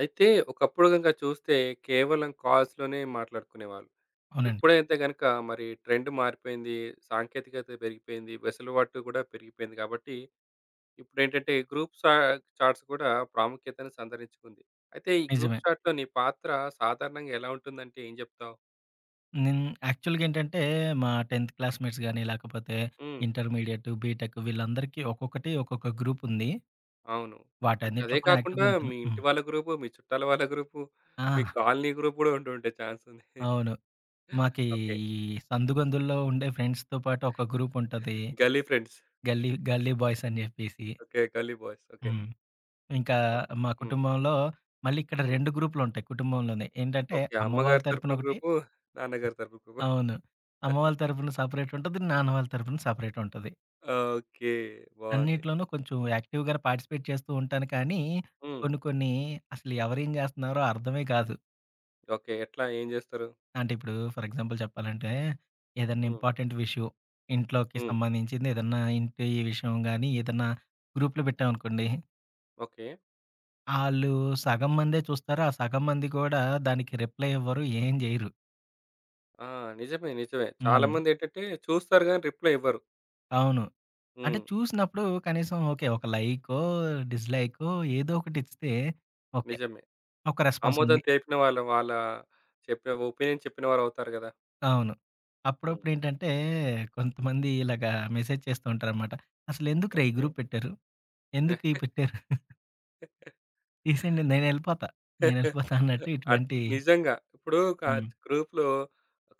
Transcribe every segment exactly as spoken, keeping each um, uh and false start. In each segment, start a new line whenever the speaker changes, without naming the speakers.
అయితే ఒకప్పుడు గనుక చూస్తే కేవలం కాల్స్‌లోనే మాట్లాడుకునేవాళ్ళు.
అవునండి.
ఇప్పుడైతే గనుక మరి ట్రెండ్ మారిపోయింది. సాంకేతికత పెరిగిపోయింది. వెసులుబాటు కూడా పెరిగిపోయింది కాబట్టి ఇప్పుడేంటంటే గ్రూప్ చా చాట్స్ కూడా ప్రాముఖ్యతను సంతరించుకుంది. అయితే ఈ గ్రూప్
నిజమే.
చాట్‌లో నీ పాత్ర సాధారణంగా ఎలా ఉంటుందంటే ఏం జెప్తావు?
నేను యాక్చువల్‌గా ఏంటంటే, మా 10థ్ క్లాస్‌మేట్స్ గాని, లేకపోతే
హ్మ్.
ఇంటర్మీడియేట్, బీటెక్ వీళ్ళందరికీ ఒక్కొక్కటి ఒక్కొక్క గ్రూపుంది.
అవును. అంటే
వాటన్నిటిలో
అదే
కూడా
కాకుండా
యాక్టివ్‌గా ఉంటాను.
మీ ఇంటి
హ్మ్.
వాళ్ళ గ్రూపు, మీ చుట్టాల వాళ్ళ గ్రూపు,
ఆ!
మీ కాలనీ గ్రూప్ గూడా ఉండి ఉండే ఛాన్స్ ఉంది.
అవును. మాకి
ఓకే.
ఈ సందుగందుల్లో ఉండే ఫ్రెండ్స్‌తో పాటు ఒక గ్రూపుంటది.
గల్లీ ఫ్రెండ్స్.
గల్లీ గల్లీ బాయ్స్ అని జెప్పేసి.
ఓకే. గల్లీ బాయ్స్. ఓకే.
హ్మ్. ఇంకా
ఓకే.
మా
హ్మ్.
కుటుంబంలో మళ్ళీ ఇక్కడ
హ్మ్.
రెండు గ్రూపులుంటాయి కుటుంబంలోనే. ఏంటంటే,
ఓకే.
అమ్మ వాళ్ళ
అమ్మగారి తరపున
తరపున ఒకటి.
గ్రూపు, నాన్నగారి తరపున గ్రూపు.
అవును. అమ్మ వాళ్ళ తరపున సెపరేటుంటది. నాన్న వాళ్ళ తరపున సెపరేటుంటది.
ఓకే. బావుంది.
అన్నిట్లోనూ కొంచెం యాక్టివ్‌గానే పార్టిసిపేట్ చేస్తూ ఉంటాను కానీ,
హ్మ్.
కొన్ని కొన్ని అసలు ఎవరేం జేస్తన్నారో అర్థమే కాదు.
ఓకే. ఎట్లా ఏం జేస్తారు?
అంటే ఇప్పుడు ఫర్ ఎగ్జాంపుల్ చెప్పాలంటే, ఏదన్నా
హ్మ్.
ఇంపార్టెంట్ విషయం ఇంట్లోకి
హ్మ్.
సంబంధించింది, ఏదన్నా ఇంటి విషయం గానీ, ఏదన్నా గ్రూప్‌లో పెట్టామనుకోండి,
ఓకే.
ఆళ్ళు సగం మందే చూస్తారు. ఆ సగం మంది కూడా దానికి రిప్లై ఇవ్వరు. ఏం జేయరు.
ఆ! నిజమే. నిజమే. చాలా
హ్మ్.
మందేంటంటే చూస్తారు గానీ రిప్లై ఇవ్వరు.
అవును. అంటే
హ్మ్.
చూసినప్పుడు కనీసం ఓకే. ఒక లైకో, డిస్‌లైకో ఏదో ఒకటిస్తే ఓకే.
నిజమే.
ఒక రెస్పాన్స్
ఆమోదం
ఉంది.
తెలిపిన వాళ్ళ వాళ్ళ చెప్పిన ఒపీనియన్ చెప్పిన వారవుతారు గదా!
అవును.
హ్మ్.
అప్పుడప్పుడేంటంటే, కొంతమంది ఇలాగా మెసేజ్ చేస్తూ ఉంటారనమాట. "అసలెందుకురా ఈ
ఓకే.
గ్రూప్ పెట్టారు? ఎందుకు ఈ పెట్టారు? తీసేయండి, నేనెళ్ళిపోతా. నేనెళ్ళిపోతా" అన్నట్టు
అట్ల
ఇటువంటి.
నిజంగా. ఇప్పుడు క
హ్మ్.
గ్రూప్‌లో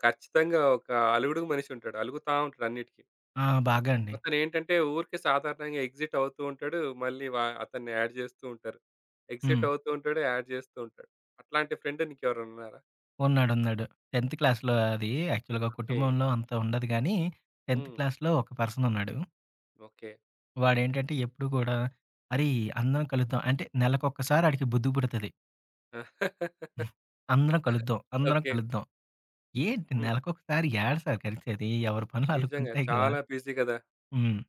ఖచ్చితంగా ఒక అలుగుడు మనిషుంటాడు. అలుగుతా ఉంటాడు అన్నిటికి.
ఆ! బాగా అండి.
అతనేంటంటే ఊరికే సాధారణంగా ఎగ్జిట్ అవుతూ ఉంటాడు. మళ్ళీ వా అతన్ని యాడ్ జేస్తూ ఉంటారు.
హ్మ్.
ఎగ్జిట్ అవుతూ ఉంటాడు. యాడ్ జేస్తూ ఉంటాడు. అట్లాంటి ఫ్రెండ్ నీకెవరైనా ఉన్నారా?
ఉన్నాడు. ఉన్నాడు. 10థ్ క్లాస్‌లో అది యాక్చువల్‌గా
ఓకే.
కుటుంబంలో అంత ఉండదు గానీ, 10థ్
హ్మ్.
క్లాస్‌లో ఒక పర్సనున్నాడు.
ఓకే.
వాడేంటంటే ఎప్పుడు కూడా "అరేయ్! అందరం కలుద్దాం" అంటే నెలకొకసారి ఆడికి బుద్ధి పుడతది. "అందరం కలుద్దాం. అందరం
ఓకే.
కలుద్దాం." ఏంటి
హ్మ్.
నెలకొకసారి యాడ సార్ కలిసేది. ఎవరి పనులు
నిజంగా
ఆళ్ళకుంటాయి గదా!
చాలా బిజీ గదా!
హ్మ్.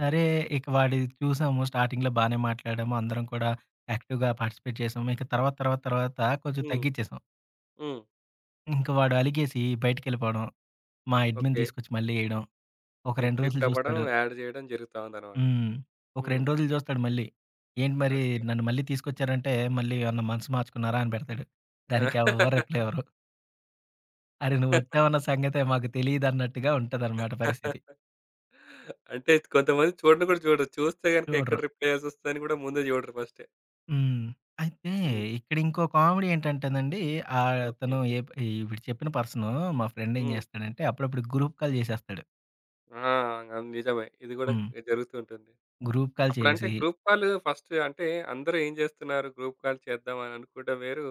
సరే, ఇక వాడిది చూసాము. స్టార్టింగ్‌లో బానే మాట్లాడాము. అందరం కూడా యాక్టివ్‌గా పార్టిసిపేట్ చేసాము. ఇక తర్వాత, తర్వాత, తర్వాత కొంచెం
హ్మ్.
తగ్గిచ్చేసాం.
హ్మ్.
ఇంక వాడు అలిగేసి బయటికెళ్ళిపోవడం. మా అడ్మిన్
ఓకే.
తీసుకొచ్చి మళ్ళీ ఎయడం. ఒక రెండు
ఎగ్జిట్
రోజులు
అవ్వడం,
చూస్తాడు.
యాడ్ జేయడం జరుగుతా ఉందన్నమాట.
హ్మ్. ఒక
హ్మ్.
రెండు రోజులు చూస్తాడు మళ్ళీ. ఏంటి మరి
ఓకే.
నన్ను మళ్ళీ తీసుకొచ్చారంటే, మళ్ళీ ఏమన్నా మనసు మార్చుకున్నారా అని పెడతాడు. దానికి ఎవ్వరు రిప్లై ఇవ్వరు. అరె! నువ్వొచ్చావన్న సంగతే మాకు తెలీదన్నట్టుగా ఉంటదనమాట పరిస్థితి.
అంటే కొంతమంది చూడను గూడా చూడరు. చూస్తే గనుక ఎక్కడ
చూడరు.
రిప్లై చేయాల్సొస్తదని గూడా ముందే జూడరు ఫస్టే.
హ్మ్. అయితే
హ్మ్.
ఇక్కడ ఇంకో కామెడీ ఏంటంటేనండి, ఆహ్,
ఓకే.
అతను ఏప్ ఈవిడ చెప్పిన పర్సను మా ఫ్రెండ్ ఏం
హ్మ్.
చేస్తాడంటే అప్పుడప్పుడు గ్రూప్ కాల్ చేసేస్తాడు.
ఆ! అది నిజమే. ఇది గూడా
హ్మ్.
జరుగుతూ ఉంటుంది.
గ్రూప్ కాల్
అప్పుడంటే
చేసి.
గ్రూప్ కాల్ ఫస్ట్ అంటే అందరూ ఏం జేస్తున్నారు? గ్రూప్ కాల్ చేద్దాం అని అనుకోవడం వేరు.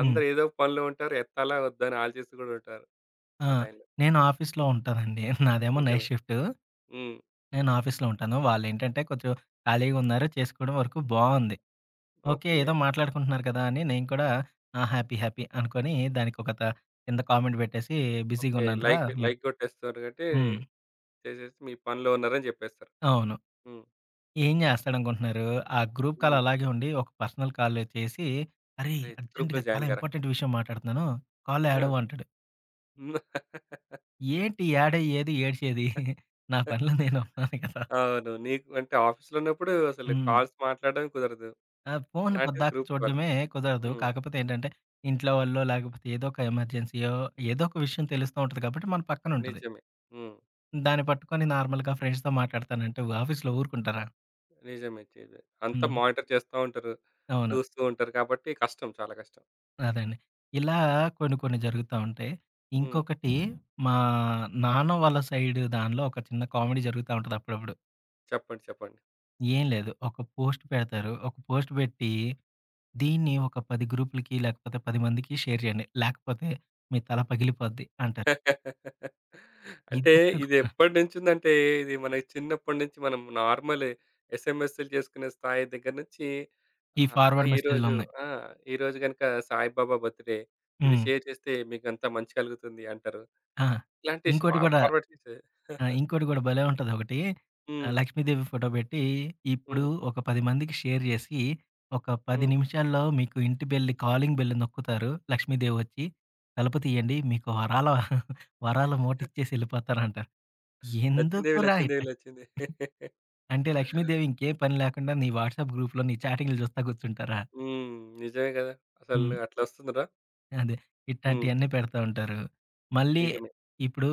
హ్మ్.
అందరూ ఏదో పనిలో ఉంటారు. ఎత్తాలా వద్దా అని ఆలోచిస్తూ గూడా ఉంటారు
ఆ!
ఆ టైంలో.
నేను ఆఫీస్‌లో ఉంటానండి. నాదేమో
నిజమే.
Night shift.
హ్మ్.
నేను ఆఫీస్‌లో ఉంటాను. వాళ్ళేంటంటే కొంచెం ఖాళీగా ఉన్నారు. చేసుకోవడం వరకు బావుంది. ఓకే.
ఓకే.
ఏదో మాట్లాడుకుంటున్నారు కదా! అని నేను కూడా ఆ! హ్యాపీ, హ్యాపీ అనుకోని దానికొక త కింద కామెంట్ పెట్టేసి
ఓకే.
బిజీగున్నానురా
లైక్
మీరు.
లైక్ గొట్టేస్తారు కాబట్టి
హ్మ్.
చేసేసి మీ పనిలో ఉన్నారని జెప్పేస్తారు.
అవును.
హ్మ్.
ఏం జేస్తాడనుకుంటున్నారు? ఆ గ్రూప్ కాల్
హ్మ్.
అలాగే ఉండి, ఒక పర్సనల్ కాల్ చేసి, "అరేయ్!
"అరేయ్! గ్రూప్‌లో
అర్జెంట్‌గా చాలా
జాయిన్ గారా"
ఇంపార్టెంట్ విషయం మాట్లాడుతున్నాను. కాల్‌లో
ఆ!
యాడవ్వు" అంటాడు.
హ్మ్.
ఏంటి యాడయ్యేది? ఏడ్చేది? నా పనిలో నేను ఉన్నాను కదా!
అవును. నీకు అంటే ఆఫీస్‌లో ఉన్నప్పుడు అసలు
హ్మ్.
కాల్స్ మాట్లాడడం కుదరదు.
ఆ! ఫోన్
అలాంటిది
పద్దాకా
గ్రూప్ కాల్.
చూడడమే కుదరదు.
హ్మ్.
కాకపోతే ఏంటంటే, ఇంట్లో వాళ్ళో, లేకపోతే ఏదో ఒక ఎమర్జెన్సీయో, ఏదో ఒక విషయం తెలుస్తూ ఉంటది కాబట్టి, మన పక్కన ఉంటది.
నిజమే. హ్మ్.
దాన్ని పట్టుకొని నార్మల్‌గా ఫ్రెండ్స్‌తో మాట్లాడతానంటే ఆఫీస్‌లో ఊరుకుంటారా?
నిజమే. చేదు. అంతా
హ్మ్.
మానిటర్ చేస్తా ఉంటారు.
అవును.
చూస్తూ ఉంటారు కాబట్టి కష్టం. చాలా కష్టం.
అదే అండి. ఇలా కొన్ని కొన్ని జరుగుతా ఉంటాయి.
హ్మ్.
ఇంకొకటి, మా నాన్న వాళ్ళ సైడ్ దానిలో ఒక చిన్న కామెడీ జరుగుతా ఉంటది అప్పుడప్పుడు.
చెప్పండి. చెప్పండి.
ఏం లేదు, ఒక పోస్ట్ పెడతారు. ఒక పోస్ట్ పెట్టి దీన్ని ఒక పది గ్రూప్‌లకి లేకపోతే పది మందికి షేర్ చేయండి, లేకపోతే మీ తల పగిలిపోద్ది అంటారు.
అంటే
ఇది
ఇది ఎప్పటినుంచుందంటే ఇది మన చిన్నప్పటి నుంచి మనం నార్మల్ ఎస్ఎంఎస్‌లు చేసుకునే స్థాయి దగ్గర నుంచి
ఈ
ఆహ్,
ఫార్వర్డ్
ఈరోజు
మెసేజ్‌లున్నాయి.
ఆ! ఈరోజు గనుక సాయిబాబా బర్త్‌డే ఇది
హ్మ్.
షేర్ చేస్తే మీకంతా మంచి కలుగుతుంది అంటారు.
ఆ!
ఇలాంటి ష్ ఫా
ఇంకోటి కూడా,
ఫార్వర్డ్ చేసే
ఆ! ఇంకోటి గూడా భలే ఉంటదొకటి.
హ్మ్.
ఆహ్, లక్ష్మీదేవి ఫోటో పెట్టి, ఇప్పుడు
హ్మ్.
ఒక పది మందికి షేర్ జేసి, ఒక పది
హ్మ్.
నిమిషాల్లో మీకు ఇంటి బెల్ కాలింగ్ బెల్ నొక్కుతారు. లక్ష్మీదేవి వచ్చి, తలుపు తీయండి. మీకు వరాల వరాల మూట ఇచ్చేసి ఎళ్ళిపోతారంటారు.
లచ్చిందేవి
ఎందుకురా
లచ్చిందేవి
ఇట్లా?
లచ్చిందేవి.
అంటే లక్ష్మీదేవి ఇంకే పని లేకుండా నీ వాట్సాప్ గ్రూప్‌లో నీ చాటింగ్‌లు చూస్తా కూర్చుంటారా?
హ్మ్. నిజమే గదా! అసలు
హ్మ్.
అట్లొస్తుందిరా.
అదే.
హ్మ్.
ఇట్లాంటియన్నీ పెడతా ఉంటారు. మళ్ళీ
నిజమే.
ఇప్పుడు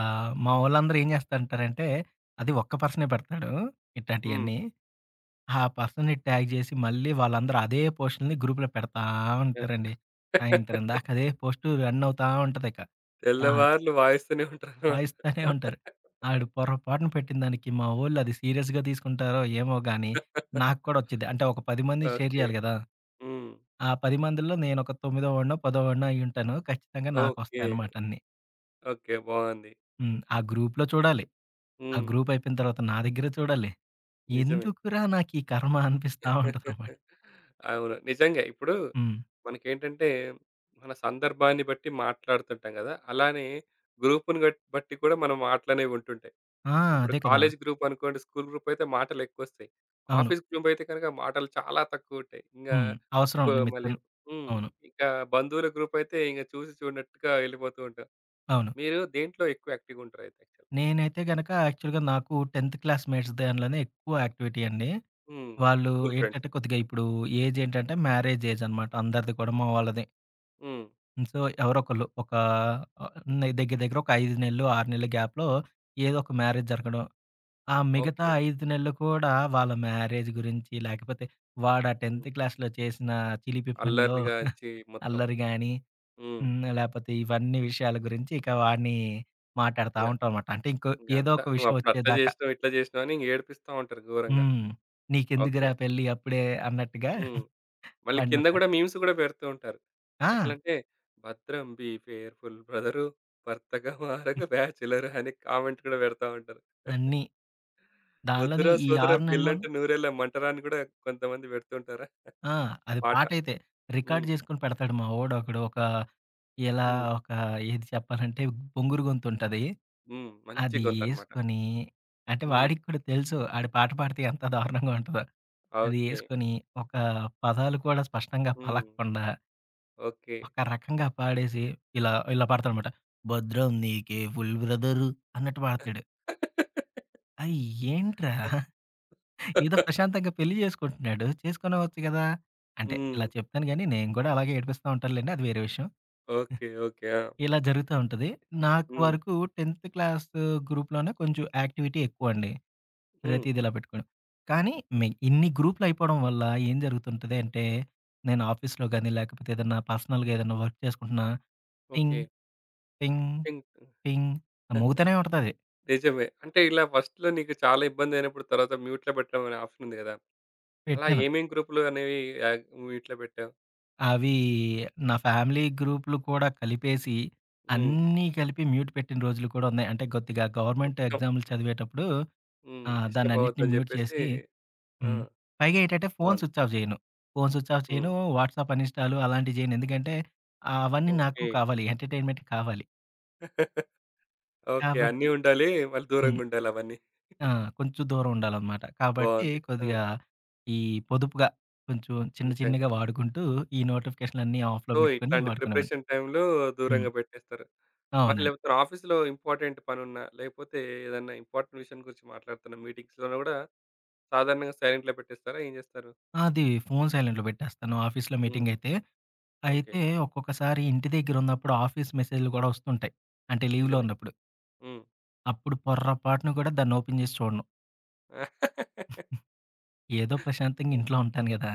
ఆహ్, మా వోళ్ళందరూ ఏం జేస్తంటారంటే, అది ఒక్క పర్సనే పెడతాడు
హ్మ్.
ఇట్లాంటియన్నీ. ఆ పర్సన్‌ని ట్యాగ్ జేసి మళ్ళీ వాళ్ళందరూ అదే పోస్ట్‌లని గ్రూప్‌లో పెడతా ఉంటారండి. సాయంత్రం దాకా అదే పోస్టు రన్ అవుతా ఉంటదిక. ఆ!
తెల్లవార్లు వాయిస్తూనే ఉంటారనమాట.
వాయిస్తానే ఉంటారు. ఆడు పొరపాటున పెట్టిన దానికి మా వోళ్ళు అది సీరియస్‌గా తీసుకుంటారో ఏమో గానీ, నాకు కూడా ఒచ్చిద్ది. అంటే ఒక పది మందికి షేర్
ఓకే.
జేయాలి గదా!
హ్మ్.
ఆ పది మందిలో నేనొక తొమ్మిదో వాడినో, పదో వాడినో అయ్యుంటాను. ఖచ్చితంగా
ఓకే.
నాకొస్తాయన్నమాట అన్నీ.
ఓకే. బావుంది.
హ్మ్. ఆ గ్రూప్‌లో చూడాలి. ఆ
హ్మ్.
గ్రూప్ అయిపోయిన తర్వాత నా దగ్గర చూడాలి.
నిజమే.
ఎందుకురా నాకీ కర్మ అనిపిస్తా ఉంటదనమాట.
అవును. నిజంగా. ఇప్పుడు
హ్మ్.
మనకేంటంటే, మన సందర్భాన్ని బట్టి మాట్లాడుతుంటాం గదా! అలానే గ్రూప్‌ని గట్ బట్టి కూడా మన మాటలనేవి ఉంటుంటాయి.
ఆ!
ఇప్పుడు
అదే కదా!
కాలేజ్ గ్రూప్ అనుకోండి, స్కూల్ గ్రూప్ అయితే మాటలెక్కువొస్తాయి.
అవును.
ఆఫీస్ గ్రూప్ అయితే కనుక మాటలు చాలా తక్కువుంటాయి. ఇంగా
హ్మ్. అవసరం
కొ మళ్ళీ
నిమిత్తం.
హ్మ్.
అవును.
ఇంకా బంధువుల గ్రూప్ అయితే ఇంక చూసి చూడనట్టుగా ఎళ్ళిపోతూ ఉంటాం.
అవును.
మీరు దేంట్లో ఎక్కువ యాక్టివ్‌గుంటారైతే యాక్చువల్?
నేనైతే గనక యాక్చువల్‌గా నాకు 10థ్ క్లాస్ మేట్స్ దానిలోనే ఎక్కువ యాక్టివిటీ అండి.
హ్మ్.
వాళ్ళు
స్కూల్ ఫ్రెండ్స్.
ఏంటంటే కొద్దిగా ఇప్పుడు ఏజ్ ఏంటంటే మ్యారేజ్ ఏజ్ అనమాట అందరిది కూడా మా వాళ్ళది.
హ్మ్.
సో, ఎవరోకళ్ళు ఒక ఆహ్, దగ్గర దగ్గర ఒక ఐదు నెలలు, ఆరు నెలల గ్యాప్‌లో ఏదో ఒక మ్యారేజ్ జరగడం. ఆ మిగతా
ఓకే.
ఐదు నెలలు కూడా వాళ్ళ మ్యారేజ్ గురించి, లేకపోతే వాడు ఆ
హ్మ్.
10థ్ క్లాస్‌లో చేసిన చిలిపి పనిలో
అల్లర్లుగా వచ్చి మొత్తం.
అల్లరి గాని,
హ్మ్.
హ్మ్. లేపోతే ఇవన్నీ విషయాల గురించి ఇక వాడిని మాటాడుతా
యాహ్!
ఉంటామన్నమాట. అంటే ఇంకో ఏదో
ఇంగంతా
ఒక విషయం
నువ్వప్పుడు అట్లా
వచ్చేదాకా.
జేసినావు, ఇట్లా జేసినావు అని ఇంగ ఏడిపిస్తా ఉంటారు ఘోరంగా.
హ్మ్.
ఓకే.
నీకెందుకురా పెళ్లి అప్పుడే అన్నట్టుగా
హ్మ్. మళ్ళీ కింద
వాడినొక
గూడా మీమ్స్ గూడా పెడుతూ ఉంటారు.
ఆ!
ఎట్లంటే, "భద్రం బీ ఫేర్‌ఫుల్ బ్రదరు, భర్తగా మారక బ్యాచిలర్" అని కామెంట్ కూడా పెడతా ఉంటారు.
అన్నీ. దానిలోని
"వద్దురా
ఈ
సోదరా
ఆరు నెలల్లోను
పెళ్ళంటే నూరేళ్ళ మంటరా" అని గూడా కొంతమంది పెడుతుంటారా
ఆ! అది
పాట.
పాటైతే రికార్డ్
హ్మ్.
జేసుకొని పెడతాడు మా వోడొకడు. ఒక ఎలా
హ్మ్.
ఒక ఏది చెప్పాలంటే బొంగురు గొంతుంటది.
హ్మ్. మంచి
అది
గొంతనమాట.
యేసుకొని, అంటే
హ్మ్.
వాడికి కూడా తెలుసు ఆడు పాట పాడితే ఎంత దారుణంగా ఉంటదో. అది
ఓకే.
యేసుకొని ఒక పదాలు కూడా స్పష్టంగా
హ్మ్.
పలకకుండా,
ఓకే.
ఒక రకంగా పాడేసి ఇలా, ఇలా పాడతాడనమాట. భద్రం నీకే ఫుల్ బ్రదరు అన్నట్టు పాడతాడు. అయి ఏంట్రా! ఏదో ప్రశాంతంగా పెళ్లి చేసుకుంటున్నాడు. చేసుకొనవచ్చు గదా! అంటే
హ్మ్.
ఇలా చెప్తాను గానీ, నేను కూడా అలాగే ఏడిపిస్తా ఉంటానులెండి. అది వేరే విషయం.
ఓకే. ఓకే. ఆ!
ఇలా జరుగుతా ఉంటది. నాకు
హ్మ్.
వరకు 10థ్ క్లాస్ గ్రూప్‌లోనే కొంచెం యాక్టివిటీ ఎక్కువండి.
హ్మ్.
ప్రతీది ఇలా పెట్టుకోవడం. కానీ మె ఇన్ని గ్రూప్‌లు అయిపోవడం వల్ల ఏం జరుగుతుంటది అంటే, నేను ఆఫీస్‌లో గాని, లేకపోతే ఏదన్నా పర్సనల్‌గా ఏదన్నా వర్క్ చేసుకుంటున్నా
ఓకే.
టింగ్, టింగ్,
టింగ్ టింగ్.
టింగ్ మోగుతూనే ఉంటదది.
నిజమే. అంటే ఇలా ఫస్ట్‌లో నీకు చాలా ఇబ్బందైనప్పుడు తర్వాత మ్యూట్‌లో పెట్టడం అనే ఆప్షన్ ఉంది గదా! అలా
పెట్టాను.
ఏమేం గ్రూప్‌లు అనేవి యాక్ మ్యూట్‌లో పెట్టావు?
అవి నా ఫ్యామిలీ గ్రూప్‌లు కూడా కలిపేసి,
హ్మ్.
అన్నీ కలిపి మ్యూట్ పెట్టిన రోజులు కూడా ఉన్నాయి. అంటే కొద్దిగా గవర్నమెంట్
మొత్తం
ఎగ్జామ్‌లు చదివేటప్పుడు
హ్మ్.
ఆహ్,
డిస్టర్బ్
దాన్నన్నిటిని
అవ్వద్దని
మ్యూట్
జెప్పేసి
చేసి.
ఆ!
హ్మ్. పైగా ఏంటంటే ఫోను
బావుంది.
స్విచ్ ఆఫ్ జేయను. ఫోను స్విచ్ ఆఫ్
హ్మ్.
చేయను. వాట్సాప్ అనిష్టాలు అలాంటివి చేయను. ఎందుకంటే ఆహ్, అవన్నీ నాకు
ఓకే.
కావాలి. ఎంటర్‌టైన్‌మెంట్ కావాలి.
ఓకే. అన్నీ
కాబట్టి
ఉండాలి. మళ్ళీ
హ్మ్.
దూరంగుండాలి అవన్నీ.
ఆ! కొంచెం దూరం ఉండాలనమాట. కాబట్టి
బావుంది. ఆ!
కొద్దిగా ఈ పొదుపుగా కొంచెం చిన్న
నిజంగా.
చిన్నగా వాడుకుంటూ ఈ నోటిఫికేషన్‌లన్నీ ఆఫ్‌లో
సో,
పెట్టుకొని
ఇట్లాంటి
వాడుకునేవాడిని.
ప్రిపరేషన్ టైమ్‌లో
హ్మ్.
దూరంగా పెట్టేస్తారు. మరి
అవునండి.
లేకపోతే ఆఫీస్‌లో ఇంపార్టెంట్ పనున్నా, లేకపోతే ఏదన్నా ఇంపార్టెంట్ విషయం గురించి మాట్లాడుతున్న మీటింగ్స్‌లోనా గూడా సాధారణంగా సైలెంట్‌లో పెట్టేస్తారా? ఏం జేస్తారు?
అది ఫోను సైలెంట్‌లో పెట్టేస్తాను. ఆఫీస్‌లో
హ్మ్.
మీటింగయితే.
ఓకే.
అయితే అయితే ఒక్కొక్కసారి ఇంటి దగ్గరున్నప్పుడు ఆఫీస్ మెసేజ్‌లు గూడా వస్తుంటాయి. అంటే లీవ్‌లో
నిజమే.
ఉన్నప్పుడు.
హ్మ్.
అప్పుడు పొర్రపాటున కూడా దాన్ని ఓపెన్ జేసి చూడను. ఏదో ప్రశాంతంగా ఇంట్లో ఉంటాను గదా!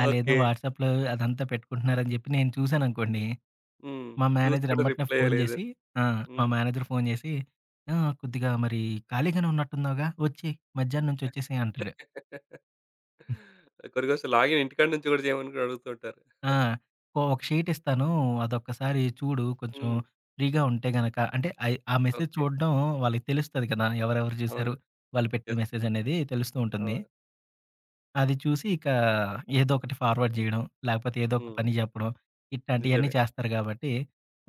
ఆళ్ళేదో
ఓకే.
వాట్సాప్‌లో అదంతా పెట్టుకుంటున్నారని జెప్పి నేను చూశాననుకోండి,
హ్మ్.
మా
చూసి
మేనేజర్
కూడా
ఎంబటనే
రిప్లై
ఫోను
ఇయ్యలేదు.
జేసి. ఆ! మా
హ్మ్.
మేనేజర్ ఫోను జేసి, "ఆ! కొద్దిగా మరి ఖాళీగానే ఉన్నట్టున్నావుగా, ఒచ్చేయి మధ్యాహ్నం నుంచి ఒచ్చేసేయి" అంటాడు.
కొన్ని రోజులు లాగిన్ ఇంటికాడ నుంచి కూడా చేయమని కూడా అడుగుతూ ఉంటారు. హ్మ్.
ఆ! "ఓ ఒక షీట్ ఇస్తాను, అదొక్కసారి చూడు కొంచెం ఫ్రీగా ఉంటే గనక" అంటే అయి ఆ మెసేజ్
ఓకే.
చూడడం వాళ్ళకి తెలుస్తది కదా! ఎవరెవరు జూసారు,
అవును.
వాళ్ళు పెట్టిన
యెస్.
మెసేజ్ అనేది తెలుస్తూ ఉంటుంది.
అవును.
అది చూసి ఇక ఏదో ఒకటి ఫార్వర్డ్ జేయడం. లేకపోతే ఏదో ఒక
హ్మ్.
పని జెప్పడం. ఇట్లాంటియన్నీ
నిజమే.
చేస్తారు గాబట్టి,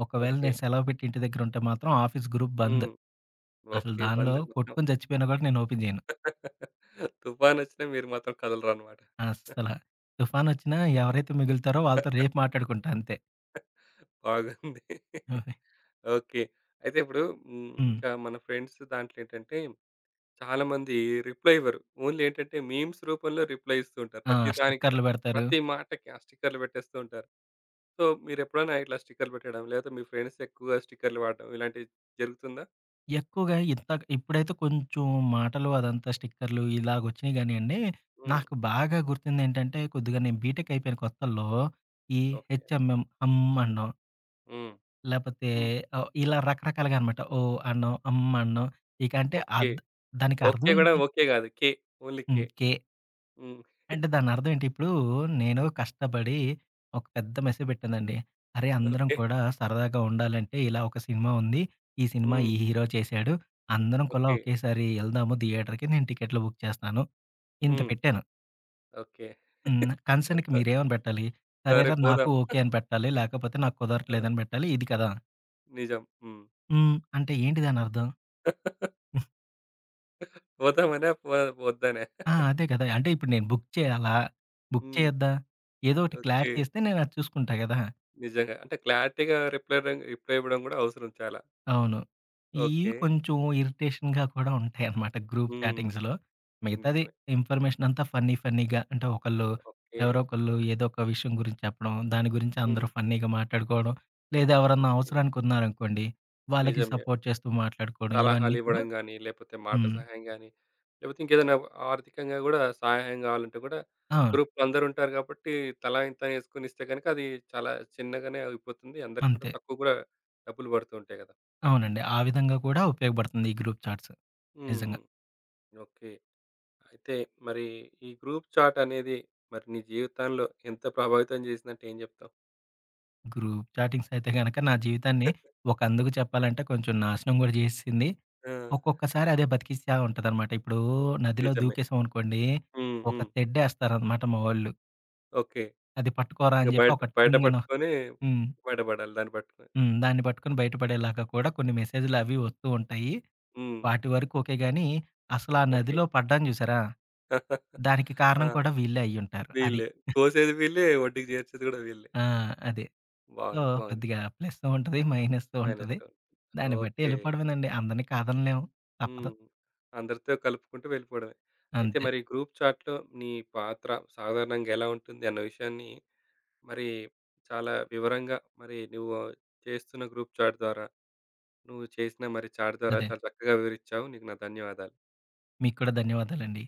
ఒకవేళ
ఓకే.
నేను సెలవు పెట్టి ఇంటి దగ్గరుంటే మాత్రం ఆఫీస్ గ్రూప్ బంద్.
హ్మ్.
అసలు
ఓకే.
దానిలో
బంద్ మొత్తం.
కొట్టుకొని చచ్చిపోయినా గూడా నేను ఓపెన్ జేయను.
తుఫానొచ్చినా మీరు మాత్రం కదలరనమాట.
అస్సల. తుఫానొచ్చినా ఎవరైతే మిగులుతారో వాళ్ళతో రేపు మాట్లాడుకుంటా అంతే.
బాగుంది. ఓకే. అయితే ఇప్పుడు హ్మ్,
హ్మ్.
ఇంకా మన ఫ్రెండ్స్ దాంట్లో ఏంటంటే చాలా మంది రిప్లై ఇవ్వరు. ఓన్లీ ఏంటంటే మీమ్స్ రూపంలో రిప్లై ఇస్తూ ఉంటారు.
ఆ!
ప్రతి దానికి కూడా.
స్టిక్కర్లు బెడతారు.
ప్రతి మాటకి ఆ స్టిక్కర్‌లు పెట్టేస్తూ ఉంటారు. సో, మీరెప్పుడైనా ఇట్లా స్టిక్కర్‌లు పెట్టడం లేకపోతే మీ ఫ్రెండ్స్ ఎక్కువగా స్టిక్కర్‌లు వాడడం ఇలాంటివి జరుగుతుందా?
ఎక్కువగా ఇంతక ఇప్పుడైతే కొంచెం మాటలు అదంతా స్టిక్కర్లు ఇలాగొచ్చినియి గానియండి.
హ్మ్.
నాకు బాగా గుర్తుందేంటంటే కొద్దిగా నేను బీటెక్ అయిపోయిన కొత్తల్లో ఈ
ఓకే.
హెచ్ఎంఎం, హమ్ అనడం.
హ్మ్.
లేపోతే
హ్మ్.
ఆహ్, ఇలా రకరకాలుగా అనమాట. ఓహ్! అన్నం, అమ్మ అన్నం. ఇక అంటే
ఓకే.
అద్ దానికి
ఓకే
అర్థం
గూడా
ఏంటి?
ఓకే గాదు. కే. Only k.
హ్మ్. కే
హ్మ్.
అంటే దానర్థం ఏంటి? ఇప్పుడు నేను కష్టపడి ఒక పెద్ద మెసేజ్ పెట్టానండి. అరే! అందరం
ఓకే.
కూడా సరదాగా ఉండాలంటే ఇలా ఒక సినిమా ఉంది. ఈ సినిమా
హ్మ్.
ఈ హీరో చేశాడు. అందరం కూడా
ఓకే.
ఒకేసారి ఎళ్దాము థియేటర్‌కి. నేను టికెట్లు బుక్ చేస్తాను. ఇంత
హ్మ్.
పెట్టాను.
ఓకే.
హ్మ్. కన్సర్న్‌కి
స
మీరేమని పెట్టాలి?
సరే
సరేరా నాకు
పోదాం.
ఓకే అని పెట్టాలి. లేకపోతే నాకు
ఆ!
కుదరట్లేదని పెట్టాలి. ఇది కదా!
నిజం. హ్మ్.
హ్మ్. అంటే ఏంటి దానర్థం?
పోదామనా? పో వద్దనా?
ఆ! అదే కదా! అంటే ఇప్పుడు నేను బుక్ చేయాలా? బుక్
హ్మ్.
చేయొద్దా? ఏదో ఒకటి
ఓకే.
క్లారిటీ ఇస్తే నేను అది చూసుకుంటా గదా!
నిజంగా. అంటే క్లారిటీగా రిప్లై రం రిప్లై ఇవ్వడం గూడా అవసరం చాలా.
అవును. ఇయి
ఓకే.
కొంచెం ఇరిటేషన్‌గా కూడా ఉంటాయన్నమాట గ్రూప్
హ్మ్.
చాటింగ్స్‌లో. మిగతాది
నిజమే.
ఇన్ఫర్మేషన్ అంతా ఫన్నీ ఫన్నీగా అంటే ఒకళ్ళు,
ఓకే.
ఎవరో ఒకళ్ళు ఏదో ఒక విషయం గురించి చెప్పడం, దాని గురించి
హ్మ్.
అందరూ ఫన్నీగా మాట్లాడుకోవడం, లేదా ఎవరన్నా
ఓకే.
అవసరానికి ఉన్నారనుకోండి, వాళ్ళకి
నిజమే.
సపోర్ట్ చేస్తూ మాట్లాడుకోవడం ఇవన్నీ కూడా.
సలహాలివ్వడం గానీ, లేపోతే మాట
హ్మ్.
సహాయం గానీ, లేపోతే ఇంకేదైనా ఆర్థికంగా గూడా సహాయం గావాలంటే గూడా
ఆ!
గ్రూప్‌లో అందరుంటారు గాబట్టి తలా ఇంతనేసుకొనిస్తే గనక అది చాలా చిన్నగానే ఆగిపోతుంది. అందరికి కూడా
అంతే.
తక్కువ గూడా డబ్బులు పడుతూ ఉంటాయి గదా!
అవునండి. ఆ విధంగా కూడా ఉపయోగపడుతుంది ఈ గ్రూప్ చాట్స్.
హ్మ్.
నిజంగా.
హ్మ్. ఓకే. అయితే మరి ఈ గ్రూప్ చాట్ అనేది మరి నీ జీవితంలో ఎంత ప్రభావితం జేసిందంటే ఏం జెప్తావు?
గ్రూప్ చాటింగ్స్ అయితే గనక నా జీవితాన్ని ఒక అందుకు చెప్పాలంటే కొంచెం నాశనం గూడా జేసేసింది.
ఆ!
ఒక్కొక్కసారి అదే బతికిస్తా ఉంటదనమాట. ఇప్పుడు నదిలో
నిజమే.
దూకేసాం అనుకోండి,
హ్మ్.
ఒక
హ్మ్.
తెడ్డేస్తారనమాట మా వోళ్ళు.
ఓకే.
అది పట్టుకోరా
ఇక
అని జెప్పి
బయట
ఒక
బయట
టింగ్ అనో.
పట్టుకొని
హ్మ్.
బయటపడాలి దాన్ని పట్టుకొని.
హ్మ్. దాన్ని పట్టుకొని బయటపడేలాగా కూడా కొన్ని మెసేజులు అవి వస్తూ ఉంటాయి.
హ్మ్.
వాటి వరకు ఓకే గానీ, అసలా
ఓకే.
నదిలో పడ్డాను జూసారా? దానికి
ఆ!
కారణం కూడా వీళ్ళే అయ్యుంటారు. అది.
వీళ్ళే. కోసేది వీళ్ళే, ఒడ్డుకి చేర్చేది కూడా వీళ్ళే.
ఆ! అదే. సో,
బాగుంది. బాగుంది.
కొద్దిగా ప్లస్సు ఉంటది. మైనస్సు ఉంటది.
మైనస్‌లో
దాన్ని బట్టి
ఓకే.
ఎళ్ళిపోవడమేనండి. అందరిని కాదనలేము. తప్పదు.
హ్మ్. అందరితో కలుపుకుంటూ వెళ్ళిపోవడమే. అయితే
అంతే.
మరి గ్రూప్ చాట్‌లో నీ పాత్ర సాధారణంగా ఎలా ఉంటుంది అన్న విషయాన్ని మరి చాలా వివరంగా మరి నువ్వు చేస్తున్న గ్రూప్ చాట్ ద్వారా, నువ్వు చేసిన మరి చాట్ ద్వారా
అదే.
చాలా చక్కగా వివరించావు. నీకు నా ధన్యవాదాలు.
మీకు కూడా ధన్యవాదాలండి.